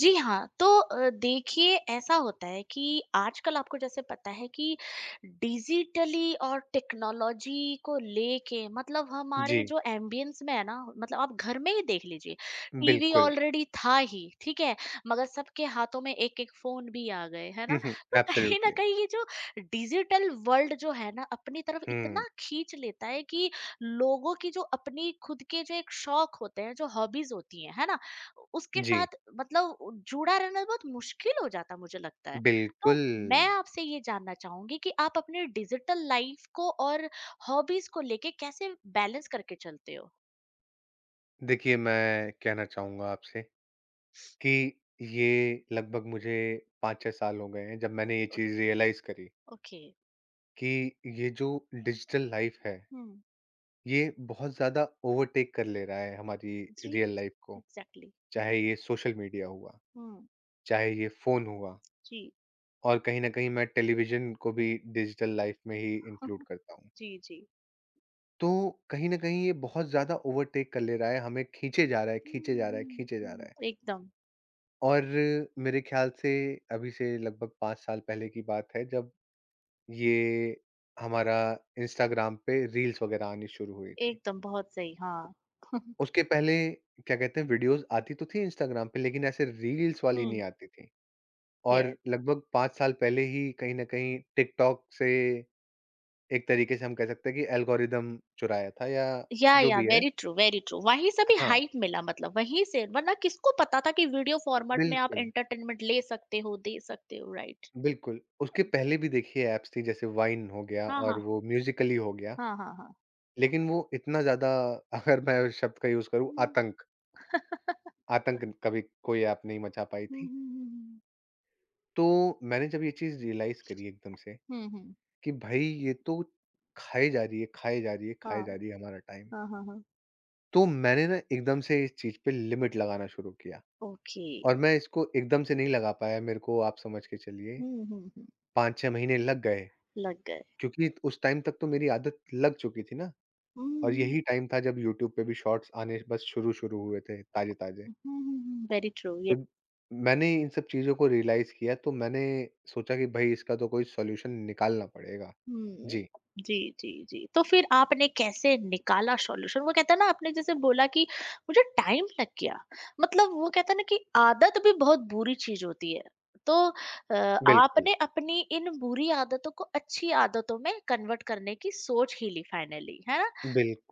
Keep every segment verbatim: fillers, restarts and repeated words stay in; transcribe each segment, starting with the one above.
जी हाँ, तो अ, देखिए ऐसा होता है कि आजकल आपको जैसे पता है कि डिजिटली और टेक्नोलॉजी को लेके मतलब जी, हमारे जो एम्बियंस में है ना, मतलब आप घर में ही देख लीजिए, टीवी बिल्कुल। ऑलरेडी था ही, ठीक है? मगर सबके हाथों में एक-एक फ़ोन भी आ गए, है हुँ, ना? हुँ, तो कहीं न एब्सोल्युटली। कहीं ये जो डिजिटल वर्ल्ड जो है ना अपनी तरफ हुँ, इतना खींच लेता है कि लोगों की जो अपनी खुद के जो एक शौक होते हैं, जो हॉबीज़ होती हैं, है ना? उसके जी, साथ मतलब जुड़ा रहना बहुत मुश्किल हो जाता मुझे लगता है। तो बिल्कुल। मैं आपसे ये जानना चाहूँगी कि आप अपने डिजिटल लाइफ़ को और हॉबीज़ को लेके कैसे बैलेंस करके चलते हो? देखिए, मैं कहना चाहूँगा आपसे कि ये लगभग मुझे पाँच छह साल हो गए हैं जब मैंने ये ओ चीज़ रियलाइज़ करी ओके। कि ये जो डिजिटल लाइफ़ है, हुँ। ये बहुत ज़्यादा ओवरटेक कर ले रहा है हमारी जी, रियल लाइफ़ को। एग्ज़ैक्टली। चाहे ये सोशल मीडिया हुआ, हुँ, चाहे ये फ़ोन हुआ जी। और कहीं न कहीं मैं टेलीविज़न को भी डिजिटल लाइफ़ में ही इंक्लूड करता हूँ। जी, जी। तो कहीं न कहीं ये बहुत ज़्यादा ओवरटेक कर ले रहा है, हमें खींचे जा रहा है, खींचे हुँ, जा रहा है, हुँ, खींचे जा रहा है। हुँ। एकदम, और मेरे ख़्याल से अभी से लगभग पाँच साल पहले की बात है जब ये हमारा इंस्टाग्राम पे रील्स वग़ैरह आनी शुरू हुई थी। एकदम बहुत सही, हाँ। उसके पहले क्या कहते हैं वीडियोज़ आती तो थी इंस्टाग्राम पे लेकिन ऐसे रील्स वाली नहीं हुँ। आती थी। और यस। लगभग पाँच साल पहले ही कहीं न कहीं टिकटॉक से एक तरीक़े से हम कह सकते हैं कि एल्गोरिदम चुराया था या या, जो या, भी है वेरी ट्रू, वेरी ट्रू। वहीं से भी हाँ, हाइप मिला, मतलब वहीं से, वरना किसको पता था कि वीडियो फ़ॉर्मेट में आप बिल्कुल। एंटरटेनमेंट ले सकते हो, दे सकते हो, राइट। बिल्कुल, उसके पहले भी देखिए ऐप्स थी जैसे वाइन हो गया हाँ, और हाँ। वो म्यूजिकली हो गया, हाँ, हाँ, हाँ। लेकिन वो इतना ज़्यादा अगर मैं उस शब्द का यूज़ करूँ हुँ। आतंक आतंक कभी कोई ऐप नहीं मचा पाई हुँ, थी। हुँ, हुँ, हुँ। तो मैंने जब ये चीज़ रियलाइज़ करी एकदम से हुँ, हुँ। कि भाई ये तो खाए जा रही है, खाए जा रही है, खाए हाँ। जा रही है हमारा टाइम। हाँ, हाँ, हाँ। तो मैंने ना एकदम से इस चीज़ पे लिमिट लगाना शुरू किया ओके। और मैं इसको एकदम से नहीं लगा पाया मेरे को आप समझ के चलिए हुँ, हुँ, हुँ। पाँच छह महीने लग गए, लग गए। क्योंकि उस टाइम तक तो मेरी आदत लग चुकी थी ना। हुँ, और हुँ। यही टाइम था जब यूट्यूब पे भी शॉर्ट्स आने बस शुरू-शुरू हुए थे, ताज़े-ताज़े। हुँ, हुँ, हुँ। वेरी ट्रू, ये तो मैंने इन सब चीज़ों को रियलाइज़ किया तो मैंने सोचा कि भई इसका तो कोई सॉल्यूशन निकालना पड़ेगा। हुँ। जी, जी, जी, जी। तो फिर आपने कैसे निकाला सॉल्यूशन? वो कहते हैं ना, आपने जैसे बोला कि मुझे टाइम लग गया। मतलब वो कहते हैं ना कि आदत भी बहुत बुरी चीज़ होती है। तो अ, बिल्कुल, आपने अपनी इन बुरी आदतों को अच्छी आदतों में कन्वर्ट करने की सोच ही ली फाइनली, है ना?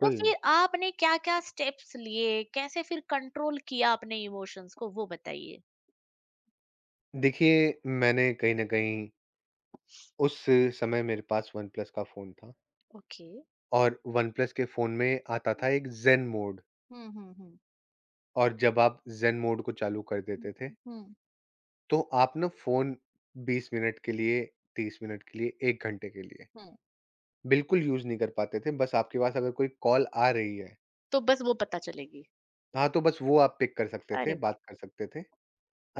तो फिर आपने क्या-क्या स्टेप्स लिए? कैसे फिर कंट्रोल किया अपने इमोशंस को, वो बताइए? देखिए, मैंने कहीं न कहीं उस समय मेरे पास वन प्लस का फ़ोन था ओके। और वन प्लस के फ़ोन में आता था एक ज़ेन मोड हुँ, हुँ, हुँ। और जब आप ज़ेन मोड को चालू कर देते हुँ, थे, हुँ। तो आप ना फ़ोन बीस मिनट के लिए, तीस मिनट के लिए, एक घंटे के लिए हुँ, हुँ। बिल्कुल यूज़ नहीं कर पाते थे, बस आपके पास अगर कोई कॉल आ रही है, तो बस वो पता चलेगी। हाँ, तो बस वो आप पिक कर सकते थे, अरे वाह! बात कर सकते थे,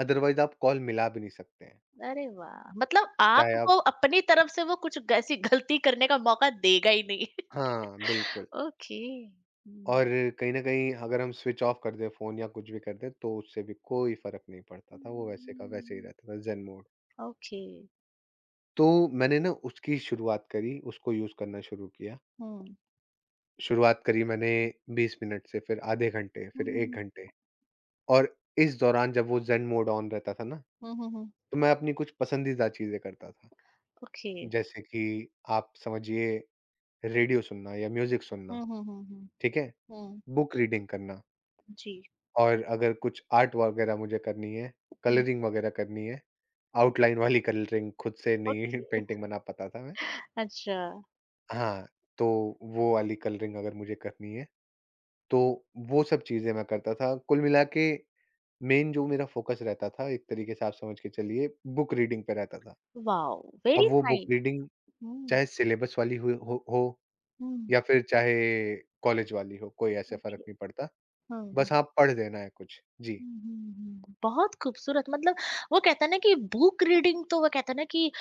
अदरवाइज़ आप कॉल मिला भी नहीं सकते हैं, अरे वाह! मतलब चाहे आप आपको अपनी तरफ से वो कुछ ऐसी गलती करने का मौका देगा ही नहीं। हाँ, बिल्कुल ओके। और हुँ। कहीं न कहीं अगर हम स्विच ऑफ कर दें फ़ोन या कुछ भी कर दें, तो उससे भी कोई फ़र्क नहीं पड़ता था, वो वैसे का वैसे ही हुँ। रहता था, ज़ेन मोड। ओके। तो मैंने ना उसकी शुरुआत करी, उसको यूज़ करना शुरू किया, हुँ। शुरुआत करी मैंने बीस मिनट से, फिर आधे घंटे, हुँ, फिर हुँ, एक हुँ। घंटे और इस दौरान जब वो ज़ेन मोड ऑन रहता था ना हुँ, हुँ, हुँ। तो मैं अपनी कुछ पसंदीदा चीज़ें करता था। ओके। जैसे कि आप समझिए रेडियो सुनना या म्यूज़िक हुँ, सुनना, हुँ, हुँ, हुँ। ठीक है? हुँ। बुक रीडिंग करना जी। और अगर कुछ आर्ट वगैरह मुझे करनी है, हुँ। कलरिंग वगैरह करनी है, आउटलाइन वाली कलरिंग खुद से नहीं ओके, पेंटिंग बना पाता था मैं। अच्छा, हाँ, तो वो वाली कलरिंग अगर मुझे करनी है, तो वो सब चीज़ें मैं करता था। कुल मिला के मेन जो मेरा फ़ोकस रहता था एक तरीके से आप समझ के चलिए बुक रीडिंग पे रहता था। वाओ! अब वेरी वो बुक नाइस। रीडिंग हुँ, चाहे सिलेबस वाली हुई हो हो हुँ। या फिर चाहे कॉलेज वाली हो, कोई ऐसे फ़र्क ओके। नहीं पड़ता, बस हुँ। हाँ, पढ़ देना है कुछ। जी, हुँ, हुँ, हुँ। बहुत खूबसूरत, मतलब वो कहते हैं ना कि बुक रीडिंग तो वो कहते हैं ना कि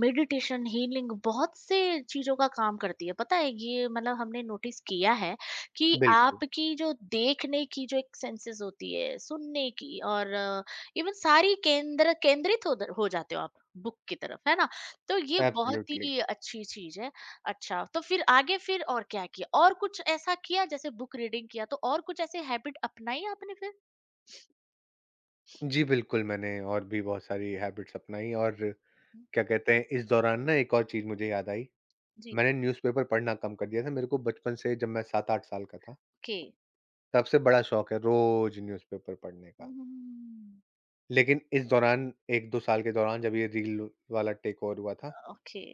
मेडिटेशन, हीलिंग बहुत से चीज़ों का काम करती है। पता है ये, मतलब हमने नोटिस किया है कि बिल्कुल, आपकी जो देखने की जो एक सेंसेस होती है, सुनने की और इवन सारी केंद्र केंद्रित होद हो जाते हो आप बुक की तरफ, है ना? तो ये बहुत एब्सोल्युटली। ही अच्छी चीज़ है। अच्छा, तो फिर आगे फिर और क्या किया? और कुछ ऐसा किया जैसे बुक रीडिंग किया तो और कुछ ऐसे हैबिट अपनाई आपने फिर? जी, बिल्कुल, मैंने और भी बहुत सारी हैबिट्स अपनाई और क्या कहते हैं, इस दौरान ना एक और चीज़ मुझे याद आई, जी। मैंने न्यूज़पेपर पढ़ना कम कर दिया था। मेरे को बचपन से जब मैं सात आठ साल का था, ओके। तब से बड़ा शौक है रोज़ न्यूज़पेपर पढ़ने का। हम्म। लेकिन इस दौरान एक दो साल के दौरान जब ये रील वाला टेक ओवर हुआ था, ओके।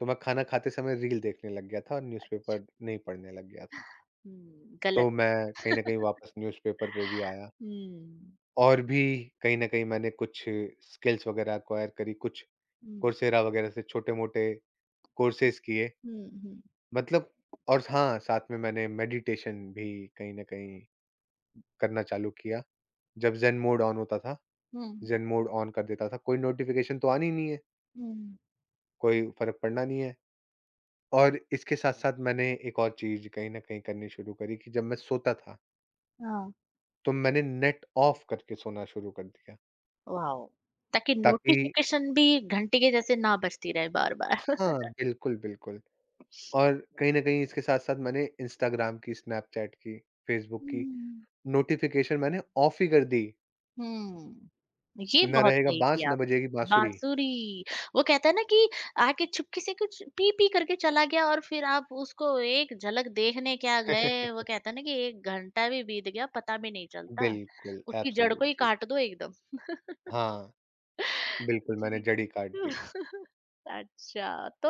तो मैं खाना खाते समय रील देखने लग गया था और न्यूज़पेपर नहीं पढ़ने लग गया था। हम्म तो गलत। मैं कहीं न कहीं वापस न्यूज़पेपर पे भी आया हम्म। और भी कहीं न कहीं मैंने कुछ स्किल्स वग़ैरह एक्वायर करी, कुछ हम्म। कोर्सेरा वग़ैरह से छोटे-मोटे कोर्सेज़ किए, हम्म। हम्म। मतलब और हाँ, साथ में मैंने मेडिटेशन भी कहीं न कहीं करना चालू किया। जब ज़ेन मोड ऑन होता था, हम्म। ज़ेन मोड ऑन कर देता था, कोई नोटिफ़िकेशन तो आनी नहीं है, हम्म, कोई फ़र्क पड़ना नहीं है और इसके साथ-साथ मैंने एक और चीज़ कहीं न कहीं करनी शुरू करी कि जब मैं सोता था, हाँ। तो मैंने नेट ऑफ करके सोना शुरू कर दिया, वाओ। ताकि ताकि नोटिफिकेशन भी घंटी के जैसे ना बजती रहे बार बार। हाँ, बिल्कुल, बिल्कुल और कहीं न कहीं इसके साथ-साथ मैंने इंस्टाग्राम की, स्नैपचैट की, फ़ेसबुक की हम्म। नोटिफ़िकेशन मैंने ऑफ ही कर दी, हुँ। ये ना बहुत रहेगा सही बाँस, किया ना आपने। बजेगी बाँसुरी। बाँसुरी, वो कहता है ना कि आके चुपके से कुछ पी-पी करके चला गया और फिर आप उसको एक झलक देखने क्या गए, वो कहता है ना कि एक घंटा भी बीत गया, पता भी नहीं चलता। बिल्कुल, उसकी जड़ को ही एब्सोल्युटली काट दो एकदम। हाँ, बिल्कुल मैंने जी। जड़ ही काट दी। अच्छा, तो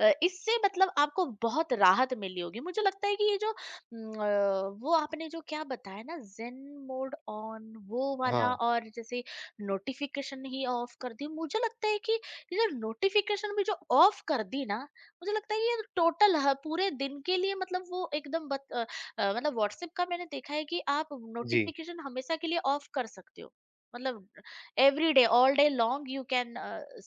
अ, इससे मतलब आपको बहुत राहत मिली होगी। मुझे लगता है कि ये जो उम, अ, वो आपने जो क्या बताया ना, ज़ेन मोड ऑन वो हाँ, वाला, और जैसे नोटिफ़िकेशन ही ऑफ कर दी। मुझे लगता है कि ये जो नोटिफ़िकेशन भी जो ऑफ कर दी ना, मुझे लगता है ये टोटल ह पूरे दिन के लिए, मतलब वो एकदम बत अ अ, मतलब व्हाट्सएप का मैंने देखा है कि आप जी, नोटिफ़िकेशन हमेशा के लिए ऑफ कर सकते हो। मतलब every day all day long you can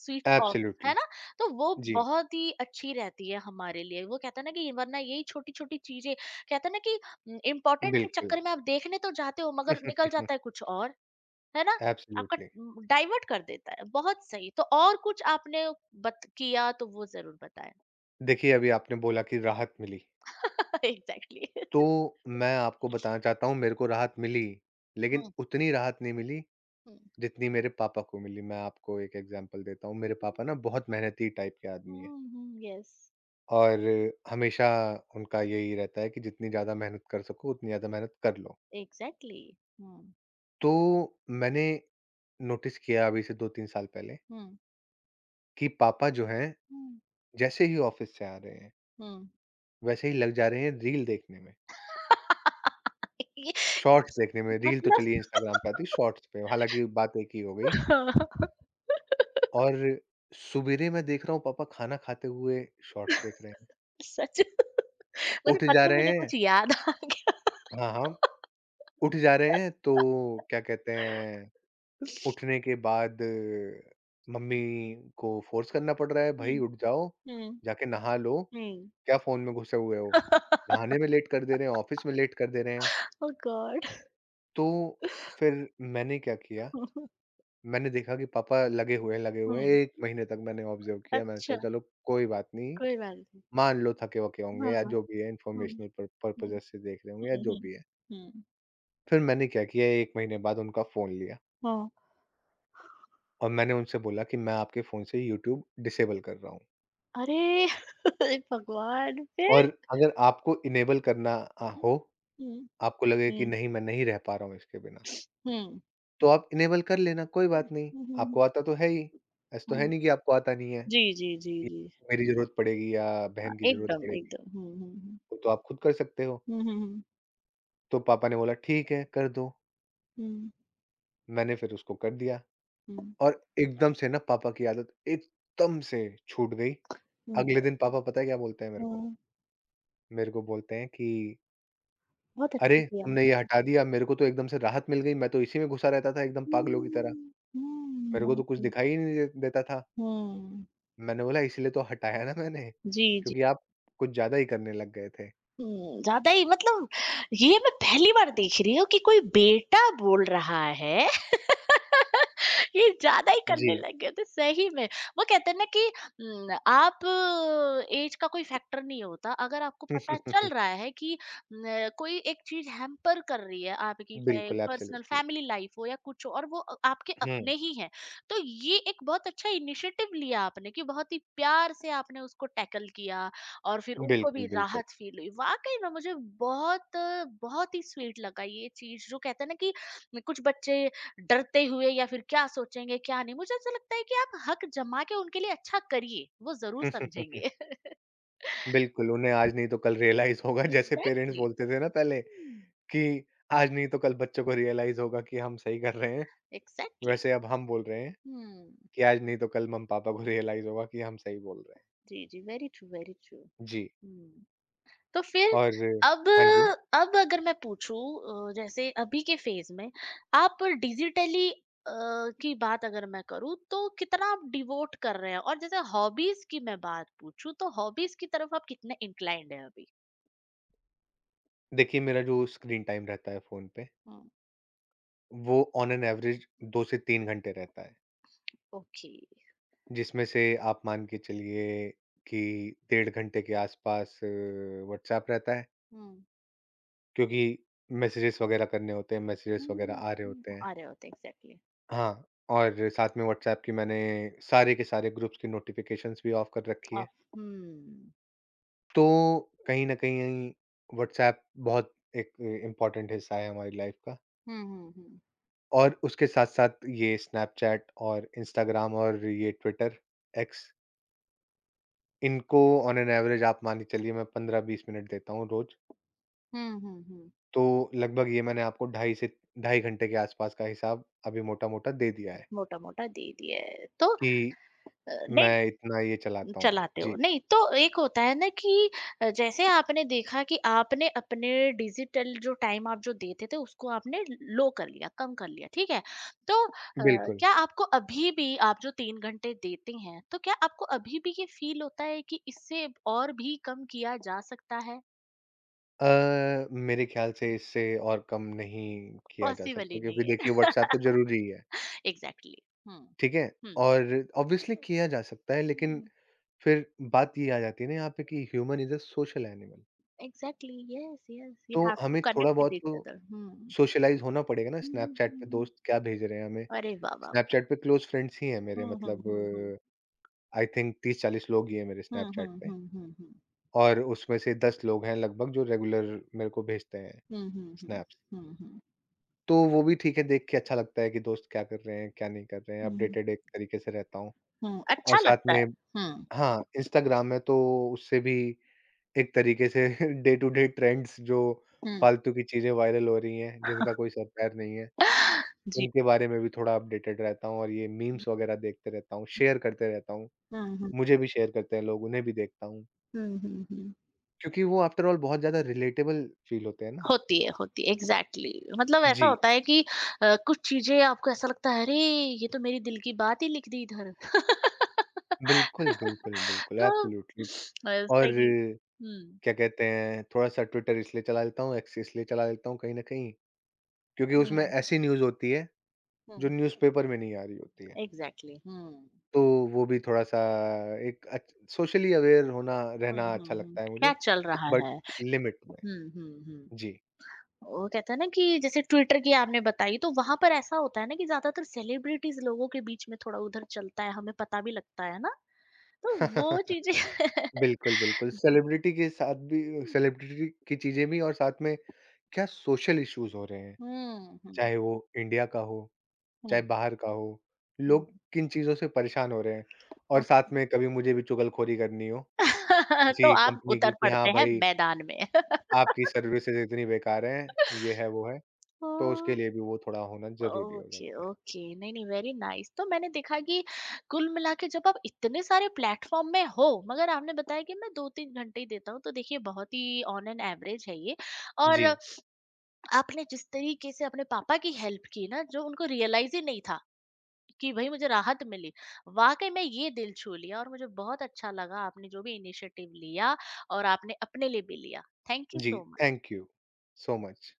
switch off, है एब्सोल्युटली ना? तो वो जी, बहुत ही अच्छी रहती है हमारे लिए, वो कहता है ना कि वरना यही छोटी छोटी चीजें, कहता है ना कि इम्पोर्टेंट के बिल्कुल। चक्कर में आप देखने तो जाते हो मगर निकल जाता है कुछ और, है ना? आपका एब्सोल्युटली डाइवर्ट कर देता है, बहुत सही। तो और कुछ आपने बत, किया तो वो जरूर बताएं। देखिए, अभी आपने बोला कि राहत मिली, एग्जैक्टली। तो मैं आपको बताना चाहता हूँ मेरे को राहत मिली, लेकिन हम्म। उतनी राहत नहीं मिली जितनी मेरे पापा को मिली। मैं आपको एक एग्ज़ाम्पल देता हूँ। मेरे पापा ना बहुत मेहनती टाइप के आदमी हैं हम्म। यस। और हमेशा उनका यही रहता है कि जितनी ज़्यादा मेहनत कर सको उतनी ज़्यादा मेहनत कर लो। एग्जैक्टली। हम्म। तो मैंने नोटिस किया अभी से दो तीन साल पहले हम्म। कि पापा जो हैं हम्म। जैसे ही ऑफ़िस से आ रहे हैं, हम्म। वैसे ही लग जा रहे हैं रील देखने में, ये- शॉर्ट्स देखने में। रील तो चलिए मतलब इंस्टाग्राम पे आती, शॉर्ट्स पे हालाँकि बात एक ही हो गई हाँ, और सुबेरे मैं देख रहा हूँ पापा खाना खाते हुए शॉर्ट्स देख रहे हैं। सच, मुझे उठ जा पता है, रहे मुझे हैं कुछ याद आ गया। हाँ, हाँ। उठ जा रहे हैं तो क्या कहते हैं उठने के बाद अ, मम्मी को फोर्स करना पड़ रहा है भाई हुँ, उठ जाओ हुँ, जाके नहा लो हुँ। क्या फोन में घुसे हुए हो ओह नहाने में लेट कर दे रहे हैं ऑफिस में लेट कर दे रहे हैं गॉड! तो फिर मैंने क्या किया मैंने देखा कि पापा लगे हुए हैं लगे हुए हैं हुँ, एक महीने तक मैंने ऑब्जर्व किया मैंने अच्छा, सोचा चलो कोई बात नहीं कोई बात नहीं। मान लो थके वके होंगे हाँ, या हुँ, जो भी है हुँ, इंफॉर्मेशनल पर्पजेस से देख रहे होंगे या हुँ, जो हुँ, भी है हुँ, फिर मैंने क्या किया एक महीने बाद उनका फोन लिया हाँ। और मैंने उनसे बोला कि मैं आपके फ़ोन से यूट्यूब डिसेबल कर रहा हूँ अरे! भगवान फिर? और अगर आपको इनेबल करना अ, हुँ, हो, हुँ, आपको लगे कि हुँ, नहीं मैं नहीं रह पा रहा हूँ इसके बिना, हुँ, तो आप इनेबल कर लेना कोई बात नहीं, हुँ, आपको हुँ, आता तो है ही, ऐसा तो है हुँ। नहीं कि आपको आता नहीं है, जी, जी, जी, कि जी। मेरी ज़रूरत पड़ेगी या हाँ, बहन की ज़रूरत एकदम, पड़ेगी, एकदम। हुँ, हुँ, हुँ। वो तो आप खुद कर सकते हो। हुँ, हुँ, तो पापा ने बोला ठीक है कर दो, मैंने फिर उसको कर दिया हुँ, हुँ, और एकदम से ना पापा की आदत एकदम से छूट गई। हुँ, हुँ, अगले दिन पापा पता है क्या बोलते हैं मेरे को? हुँ। मेरे को बोलते हैं कि बहुत अरे! अच्छा किया। तुमने ये हटा दिया, मेरे को तो एकदम से राहत मिल गई, मैं तो इसी में घुसा रहता था एकदम पागलों की तरह। हुँ, हुँ। मेरे को तो कुछ बिल्कुल, दिखाई ही नहीं दे देता था। हुँ। मैंने बोला इसीलिए तो हटाया ना मैंने, जी, जी। क्योंकि आप कुछ ज़्यादा ही करने लग गए थे। हुँ, ज़्यादा ही मतलब ये मैं पहली बार देख रही हूँ कि कोई बेटा बोल रहा है ये ज्यादा ही जी। करने लग गए थे सही में। वो कहते हैं ना कि न, आप, एज का कोई फैक्टर नहीं होता। अगर आपको पता चल रहा है कि न, कोई एक चीज हैम्पर कर रही है आपकी, चाहे बिल्कुल, पर्सनल एब्सोल्युटली। फैमिली लाइफ हो या कुछ हो, और वो अ- आपके हुँ, अपने ही हैं, तो ये एक बहुत अच्छा इनिशिएटिव लिया आपने कि बहुत ही प्यार से आपने उसको टैकल किया और फिर उनको भी बिल्कुल, बिल्कुल। राहत फील हुई वाकई में मुझे। बहुत बहुत ही स्वीट लगा ये चीज, जो कहते हैं ना कि कुछ बच्चे डरते हुए या फिर क्या सोचेंगे क्या नहीं, मुझे ऐसा लगता है कि आप हक जमा के उनके लिए अच्छा करिए, वो जरूर समझेंगे। बिल्कुल, उन्हें आज नहीं तो कल रियलाइज़ होगा जैसे पेरेंट्स एग्जैक्टली। बोलते थे ना पहले कि आज नहीं तो कल बच्चों को रियलाइज़ होगा कि हम सही कर रहे हैं, एग्जैक्टली। वैसे अब हम बोल रहे हैं हम्म। कि आज नहीं तो कल मम्मी-पापा को रियलाइज़ होगा कि हम सही बोल रहे हैं। जी, जी, वेरी ट्रू, वेरी ट्रू। जी। हम्म। तो फिर और अब हाँ जी, अब अगर मैं पूछूं अ, जैसे अभी के फेज में आप डिजिटली की बात अगर मैं करूं तो कितना आप डिवोट कर रहे हैं, और जैसे हॉबीज की मैं बात पूछूं तो हॉबीज की तरफ आप कितने इंक्लाइंड हैं अभी? देखिए मेरा जो स्क्रीन टाइम रहता है फ़ोन पे, हम्म। वो ऑन एन एवरेज दो से तीन घंटे रहता है, ओके। जिसमें से आप मान के चलिए कि डेढ़ घंटे के आसपास व्हाट्सएप रहता है, क्योंकि मैसेजेस वगैरह करने होते हैं, मैसेजेस हुँ, वगैरह आ रहे हुँ। होते हैं। आ रहे होते, एग्ज़ैक्टली। हाँ, और साथ में व्हाट्सएप की मैंने सारे के सारे ग्रुप्स की नोटिफ़िकेशंस भी ऑफ कर रखी है। ऑफ। हुँ। तो कहीं न कहीं व्हाट्सएप बहुत एक इम्पोर्टेंट हिस्सा है हमारी लाइफ़ का। हुँ, हुँ, हुँ। और उसके साथ-साथ ये स्नैपचैट और इंस्टाग्राम और ये ट्विटर, एक्स, इनको ऑन एन एवरेज आप मान के चलिए मैं पंद्रह बीस मिनट देता हूँ रोज़। हुँ, हुँ, हुँ। तो लगभग ये मैंने आपको ढाई से ढाई घंटे के आसपास का हिसाब अभी मोटा-मोटा दे दिया है, मोटा-मोटा दे दिया है। तो अ, कि नहीं, मैं इतना ये चलाता हूँ। चलाते हो। जी, नहीं, तो एक होता है ना कि अ, जैसे आपने देखा कि आपने अपने डिजिटल जो टाइम आप जो देते थे उसको आपने लो कर लिया, कम कर लिया, ठीक है? तो अ, बिल्कुल। क्या आपको अभी भी, आप जो तीन घंटे देते हैं, तो क्या आपको अभी भी ये फ़ील होता है कि इससे और भी कम किया जा सकता है? अ, मेरे ख़्याल से इससे और कम नहीं किया जा पॉसिबल सकता ही क्योंकि नहीं है। देखिए व्हाट्सऐप तो ज़रूरी ही है, Exactly. Hmm. ठीक है? Hmm. और ऑब्वियसली किया जा सकता है लेकिन Mhm. फिर बात ये आ जाती है ना यहाँ पे कि human is a social animal. Exactly. Yes, yes. You तो have to हमें थोड़ा connect with बहुत each तो other. Hmm. सोशलाइज़ होना पड़ेगा ना Mhm, स्नैपचैट पे mhm. दोस्त क्या भेज रहे हैं हमें। अरे वाह वाह वाह! स्नैपचैट पे क्लोज़ फ्रेंड्स ही हैं मेरे हुँ, हुँ, मतलब हुँ, हुँ। आई थिंक तीस चालीस लोग ही हैं मेरे हुँ, स्नैपचैट हुँ, पे हुँ, हुँ, हुँ। और उसमें से दस लोग हैं लगभग जो रेगुलर मेरे को भेजते हैं हुँ, हुँ, हुँ। स्नैप्स। हुँ, हुँ। तो वो भी ठीक है देख के अच्छा लगता है कि दोस्त क्या कर रहे हैं, क्या नहीं कर रहे हैं, हुँ। अपडेटेड एक तरीके से रहता हूँ हुँ, और अच्छा साथ लगता है। में हुँ, हाँ, इंस्टाग्राम है तो उससे भी एक तरीके से डे टू डे ट्रेंड्स जो हुँ। फालतू की चीज़ें वायरल हो रही हैं, जिनका कोई सर पैर नहीं है, जी। उनके बारे में भी थोड़ा अपडेटेड रहता हूँ और ये मीम्स वगैरह देखते रहता हूँ, शेयर करते रहता हूँ। हुँ, हुँ। मुझे भी शेयर करते हैं लोग, उन्हें भी देखता हूँ, हुँ, हुँ, हुँ। क्योंकि वो आफ्टर ऑल बहुत ज़्यादा रिलेटेबल फ़ील होते हैं ना। होती है, होती है। एग्ज़ैक्टली, मतलब ऐसा जी, होता है कि अ, कुछ चीज़ें आपको ऐसा लगता है अरे! ये तो मेरे दिल की बात ही लिख दी इधर। बिल्कुल, बिल्कुल, बिल्कुल, तो एब्सोल्युटली जसं और की हं, क्या कहते हैं, थोड़ा-सा ट्विटर इसलिए चला लेता हूँ, एक्स इसलिए चला लेता हूँ कहीं न कहीं, क्योंकि उसमें हं, ऐसी न्यूज़ होती है, जो हं। न्यूज़पेपर में नहीं आ रही होती है। एग्ज़ैक्टली। हं। तो वो भी थोड़ा-सा एक अच सोशली अवेयर होना हुँ, रहना अच्छा हुँ, हुँ। लगता है क्या मुझे, चल रहा बट है? लिमिट में। हुँ, हुँ, हुँ। जी। वो कहते हैं ना कि जैसे ट्विटर की आपने बताई तो वहाँ पर ऐसा होता है ना कि ज़्यादातर सेलिब्रिटीज़ लोगों के बीच में थोड़ा उधर चलता है, हमें पता भी लगता है ना? तो वो चीज़ें बिल्कुल, बिल्कुल। जी, जी। सेलिब्रिटी के साथ भी हुँ, सेलिब्रिटी की चीज़ें भी और साथ में क्या सोशल इश्यूज़ हो रहे हैं, हुँ, हुँ, चाहे वो इंडिया का हो, चाहे बाहर का हो। लोग हुँ। किन चीज़ों से परेशान हो रहे हैं और ओके। साथ में कभी मुझे भी चुगलखोरी करनी हो, तो किसी आप कंपनी की उतर कि हाँ पड़ते हैं भाई, मैदान में। आपकी सर्विसेज़ इतनी बेकार हैं, ये है, वो है, तो ओह! उसके लिए भी वो थोड़ा होना ज़रूरी हो ओके, जाता है। ओके, नहीं नहीं, वेरी नाइस। तो मैंने देखा कि कुल मिला के जब आप इतने सारे प्लेटफॉर्म में हो, मगर आपने बताया कि मैं दो तीन घंटे ही देता हूँ, तो देखिए बहुत ही ऑन एन एवरेज है ये। और जी। आपने जिस तरीके से अपने पापा की हेल्प की ना, जो उनको रियलाइज ही नहीं था कि भाई मुझे राहत मिली, वाकई में ये दिल छू लिया, और मुझे बहुत अच्छा लगा आपने जो भी इनिशिएटिव लिया और आपने अपने लिए भी लिया। थैंक यू जी, so much. Thank you so much.